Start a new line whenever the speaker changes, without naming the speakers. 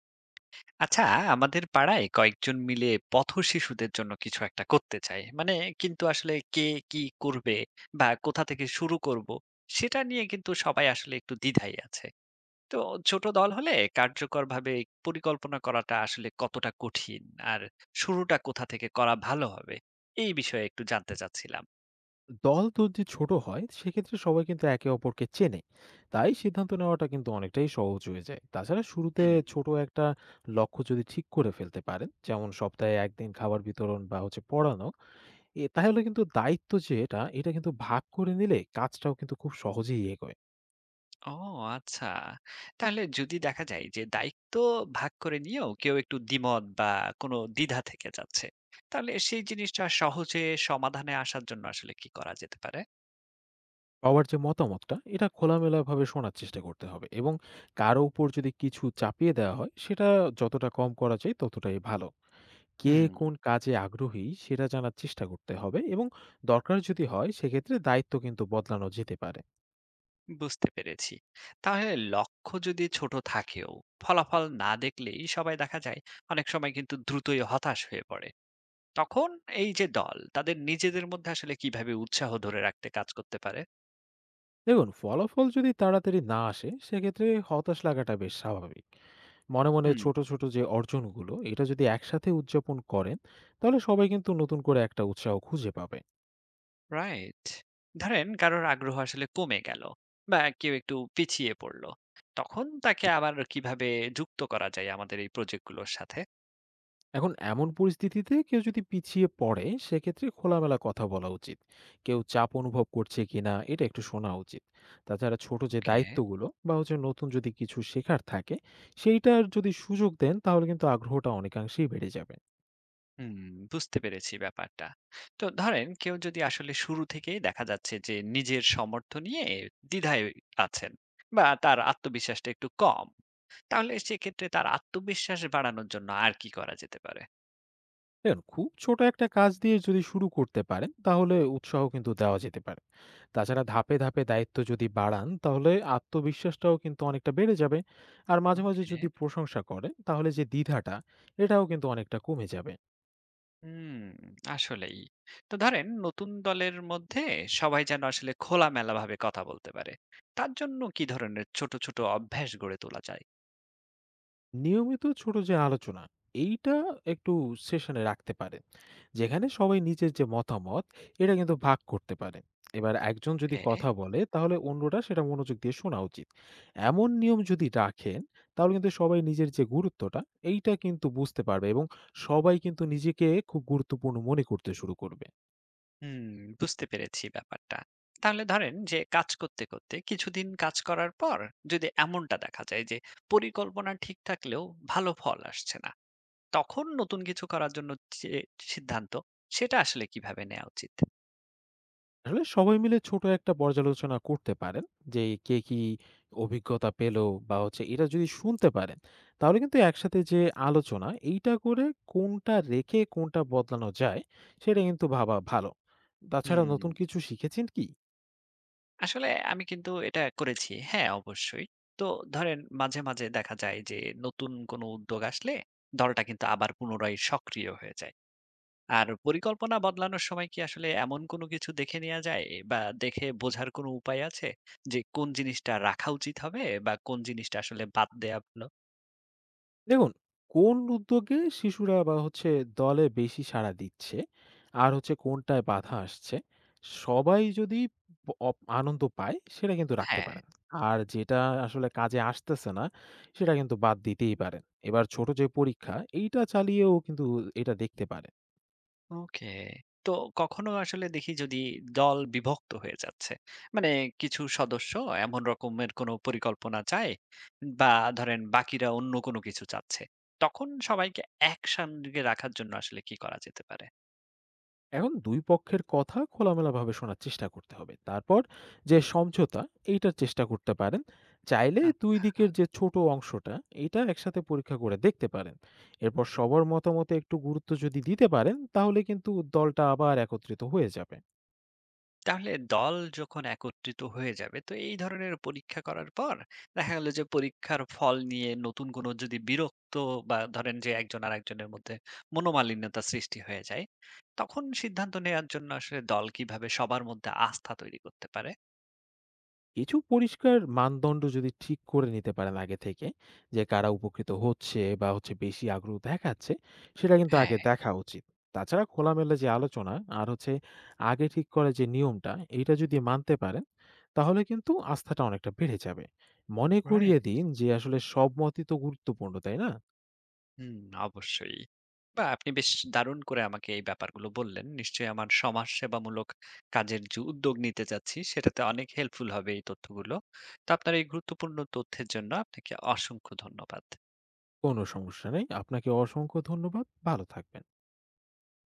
আচ্ছা, আমাদের পাড়ায় কয়েকজন মিলে পথ শিশুদের জন্য কিছু একটা করতে চাই, মানে কিন্তু আসলে কে কি করবে বা কোথা থেকে শুরু করব সেটা নিয়ে কিন্তু সবাই আসলে একটু দ্বিধায় আছে। তো ছোট দল হলে কার্যকরভাবে পরিকল্পনা করাটা আসলে কতটা কঠিন, আর শুরুটা কোথা থেকে করা ভালো হবে এই বিষয়ে একটু জানতে চাচ্ছিলাম।
দল তো যে ছোট হয় সেক্ষেত্রে সবাই কিন্তু একে অপরকে চেনে, তাই সিদ্ধান্ত নেওয়াটা কিন্তু অনেকটাই সহজ হয়ে যায়। তাছাড়া শুরুতে
হুম।
ছোট একটা লক্ষ্য যদি ঠিক করে ফেলতে পারেন, যেমন সপ্তাহে একদিন খাবার বিতরণ বা হচ্ছে পড়ানো এ, তাহলে কিন্তু দায়িত্ব যেটা এটা এটা কিন্তু ভাগ করে নিলে কাজটাও কিন্তু খুব সহজেই এগোয়।
ও আচ্ছা। তাহলে যদি দেখা যায় যে দায়িত্ব ভাগ করে নিয়েও কেউ একটু দ্বিমত বা কোনো দ্বিধা থেকে যাচ্ছে, তাহলে সেই জিনিসটা সহজে সমাধানে আসার জন্য আসলে কি করা যেতে পারে?
সবার যে মতামতটা এটা খোলামেলাভাবে শোনার চেষ্টা করতে হবে, এবং কারো উপর যদি কিছু চাপিয়ে দেওয়া হয় সেটা যতটা কম করা যায় ততটাই ভালো। কে
হুম,
কোন কাজে আগ্রহী সেটা জানার চেষ্টা করতে হবে, এবং দরকার যদি হয় সেক্ষেত্রে দায়িত্ব কিন্তু বদলানো যেতে পারে।
বুঝতে পেরেছি। তাহলে লক্ষ্য যদি ছোট থাকেও ফলাফল না দেখলেই সবাই দেখা যায় অনেক সময় কিন্তু দ্রুতই হতাশ হয়ে পড়ে। তখন এই যে দল তাদের নিজেদের মধ্যে আসলে কিভাবে উৎসাহ ধরে রাখতে কাজ করতে পারে?
দেখুন, ফলাফল যদি তাড়াতাড়ি না আসে সেক্ষেত্রে হতাশ লাগাটা বেশ স্বাভাবিক। মনে মনে
হুম।
ছোট ছোট যে অর্জনগুলো এটা যদি একসাথে উদযাপন করেন, তাহলে সবাই কিন্তু নতুন করে একটা উৎসাহ খুঁজে পাবে।
রাইট। ধরেন কারোর আগ্রহ আসলে কমে গেল বা কেউ একটু পিছিয়ে পড়লো। তখন তাকে আবার কিভাবে যুক্ত করা যায় আমাদের এই প্রজেক্টগুলোর সাথে?
এখন এমন পরিস্থিতিতে কেউ যদি পিছিয়ে পড়ে সেক্ষেত্রে খোলামেলা কথা বলা উচিত। কেউ চাপ অনুভব করছে কিনা এটা একটু শোনা উচিত। তাছাড়া ছোট যে
ওকে।
দায়িত্বগুলো বা হচ্ছে নতুন যদি কিছু শেখার থাকে সেইটার যদি সুযোগ দেন, তাহলে কিন্তু আগ্রহটা অনেকাংশেই বেড়ে যাবে।
হুম, বুঝতে পেরেছি ব্যাপারটা। তো ধরেন কেউ যদি আসলে শুরু থেকেই দেখা যাচ্ছে যে নিজের সামর্থ্য নিয়ে দ্বিধায় আছেন বা তার আত্মবিশ্বাসটা একটু কম। তাহলে সেক্ষেত্রে তার আত্মবিশ্বাস বাড়ানোর জন্য আর কি করা যেতে পারে?
দেখুন, খুব ছোট একটা কাজ দিয়ে যদি শুরু করতে পারেন তাহলে উৎসাহ কিন্তু দেওয়া যেতে পারে। তাছাড়া ধাপে ধাপে দায়িত্ব যদি বাড়ান তাহলে আত্মবিশ্বাসটাও কিন্তু অনেকটা বেড়ে যাবে। আর মাঝে মাঝে
ওকে।
যদি প্রশংসা করেন তাহলে যে দ্বিধাটা এটাও কিন্তু অনেকটা কমে যাবে।
হুম, আসলেই। তো ধরেন নতুন দলের মধ্যে সবাই যেন আসলে খোলামেলা ভাবে কথা বলতে পারে। তার জন্য কি ধরনের ছোট, ছোট অভ্যাস গড়ে তোলা যায়?
নিয়মিত ছোট যে আলোচনা এইটা একটু সেশনে রাখতে পারে, যেখানে সবাই নিজের যে মতামত এটা কিন্তু ভাগ করতে পারে। এবার একজন যদি
ওকে,
কথা বলে তাহলে অন্যরা সেটা মনোযোগ দিয়ে শোনা উচিত। এমন নিয়ম যদি রাখেন তাহলে কিন্তু সবাই নিজের যে গুরুত্বটা এইটা কিন্তু বুঝতে পারবে, এবং সবাই কিন্তু নিজেকে খুব গুরুত্বপূর্ণ মনে করতে শুরু করবে।
হুম, বুঝতে পেরেছি ব্যাপারটা। তাহলে ধরেন যে কাজ করতে, করতে কিছুদিন কাজ করার পর যদি এমনটা দেখা যায় যে পরিকল্পনা ঠিক থাকলেও ভালো ফল আসছে না, তখন নতুন কিছু করার জন্য যে সিদ্ধান্ত সেটা আসলে কিভাবে নেওয়া উচিত?
আসলে সবাই মিলে ছোট একটা পর্যালোচনা করতে পারেন, যে কে কি অভিজ্ঞতা পেলো বা হচ্ছে এটা যদি শুনতে পারেন তাহলে কিন্তু একসাথে যে আলোচনা এইটা করে কোনটা রেখে কোনটা বদলানো যায় সেটা কিন্তু ভাবা ভালো। তাছাড়া
হুম।
নতুন কিছু শিখেছেন কি।
আসলে আমি কিন্তু এটা করেছি। হ্যাঁ, অবশ্যই। তো ধরেন মাঝে, মাঝে দেখা যায় যে নতুন কোনো উদ্যোগ আসলে দলটা কিন্তু আবার পুনরায় সক্রিয় হয়ে যায়। আর পরিকল্পনা বদলানোর সময় কি আসলে এমন কোনো কিছু দেখে নেয়া যায় বা দেখে বোঝার কোনো উপায় আছে যে কোন জিনিসটা রাখা উচিত হবে বা কোন জিনিসটা আসলে বাদ দেয়া ভালো?
দেখুন, কোন উদ্যোগে শিশুরা বা হচ্ছে দলে বেশি সাড়া দিচ্ছে, আর হচ্ছে কোনটায় বাধা আসছে, সবাই যদি প অপ আনন্দ পায় সেটা কিন্তু রাখতে
হ্যাঁ।
পারেন। আর যেটা আসলে কাজে আসতেছে না সেটা কিন্তু বাদ দিতেই পারেন। এবার ছোট যে পরীক্ষা এইটা চালিয়েও কিন্তু এটা দেখতে পারেন।
ওকে। তো কখনো আসলে দেখি যদি দল বিভক্ত হয়ে যাচ্ছে, মানে কিছু সদস্য এমন রকমের কোনো পরিকল্পনা চায় বা ধরেন বাকিরা অন্য কোনো কিছু চাচ্ছে। তখন সবাইকে একসঙ্গে রাখার জন্য আসলে কি করা যেতে পারে?
এখন দুই পক্ষের কথা খোলামেলাভাবে শোনার চেষ্টা করতে হবে, তারপর যে সমঝোতা এইটার চেষ্টা করতে পারেন। চাইলে দুই
আচ্ছা।
দিকের যে ছোট অংশটা এটা একসাথে পরীক্ষা করে দেখতে পারেন। এরপর সবার মতামতে একটু গুরুত্ব যদি দিতে পারেন তাহলে কিন্তু দলটা আবার একত্রিত হয়ে যাবে।
তাহলে দল যখন একত্রিত হয়ে যাবে তো এই ধরনের পরীক্ষা করার পর দেখা গেল যে পরীক্ষার ফল নিয়ে নতুন কোনো যদি বিরক্ত বা ধরেন যে একজন আরেকজনের মধ্যে মনোমালিন্যতা সৃষ্টি হয়ে যায় তখন সিদ্ধান্ত নেওয়ার জন্য আসলে দল কিভাবে সবার মধ্যে আস্থা তৈরি করতে পারে?
কিছু পরিষ্কার মানদণ্ড যদি ঠিক করে নিতে পারেন আগে থেকে, যে কারা উপকৃত হচ্ছে বা হচ্ছে বেশি আগ্রহ দেখাচ্ছে, সেটা কিন্তু
হ্যাঁ।
আগে দেখা উচিত। তাছাড়া খোলামেলা যে আলোচনা, আর হচ্ছে আগে ঠিক করা যে নিয়মটা এটা যদি মানতে পারেন তাহলে কিন্তু আস্থাটা অনেকটা বেড়ে যাবে। মনে করিয়ে
রাইট।
দিন যে আসলে সব মতই তো গুরুত্বপূর্ণ, তাই না।
হুম, অবশ্যই। বা আপনি বেশ দারুণ করে আমাকে এই ব্যাপারগুলো বললেন। নিশ্চয়ই আমার সমাজসেবামূলক কাজের যে উদ্যোগ নিতে চাচ্ছি, সেটাতে অনেক হেল্পফুল হবে এই তথ্যগুলো। তো আপনার এই গুরুত্বপূর্ণ তথ্যের জন্য আপনাকে অসংখ্য ধন্যবাদ।
কোনো সমস্যা নেই, আপনাকে অসংখ্য ধন্যবাদ। ভালো থাকবেন।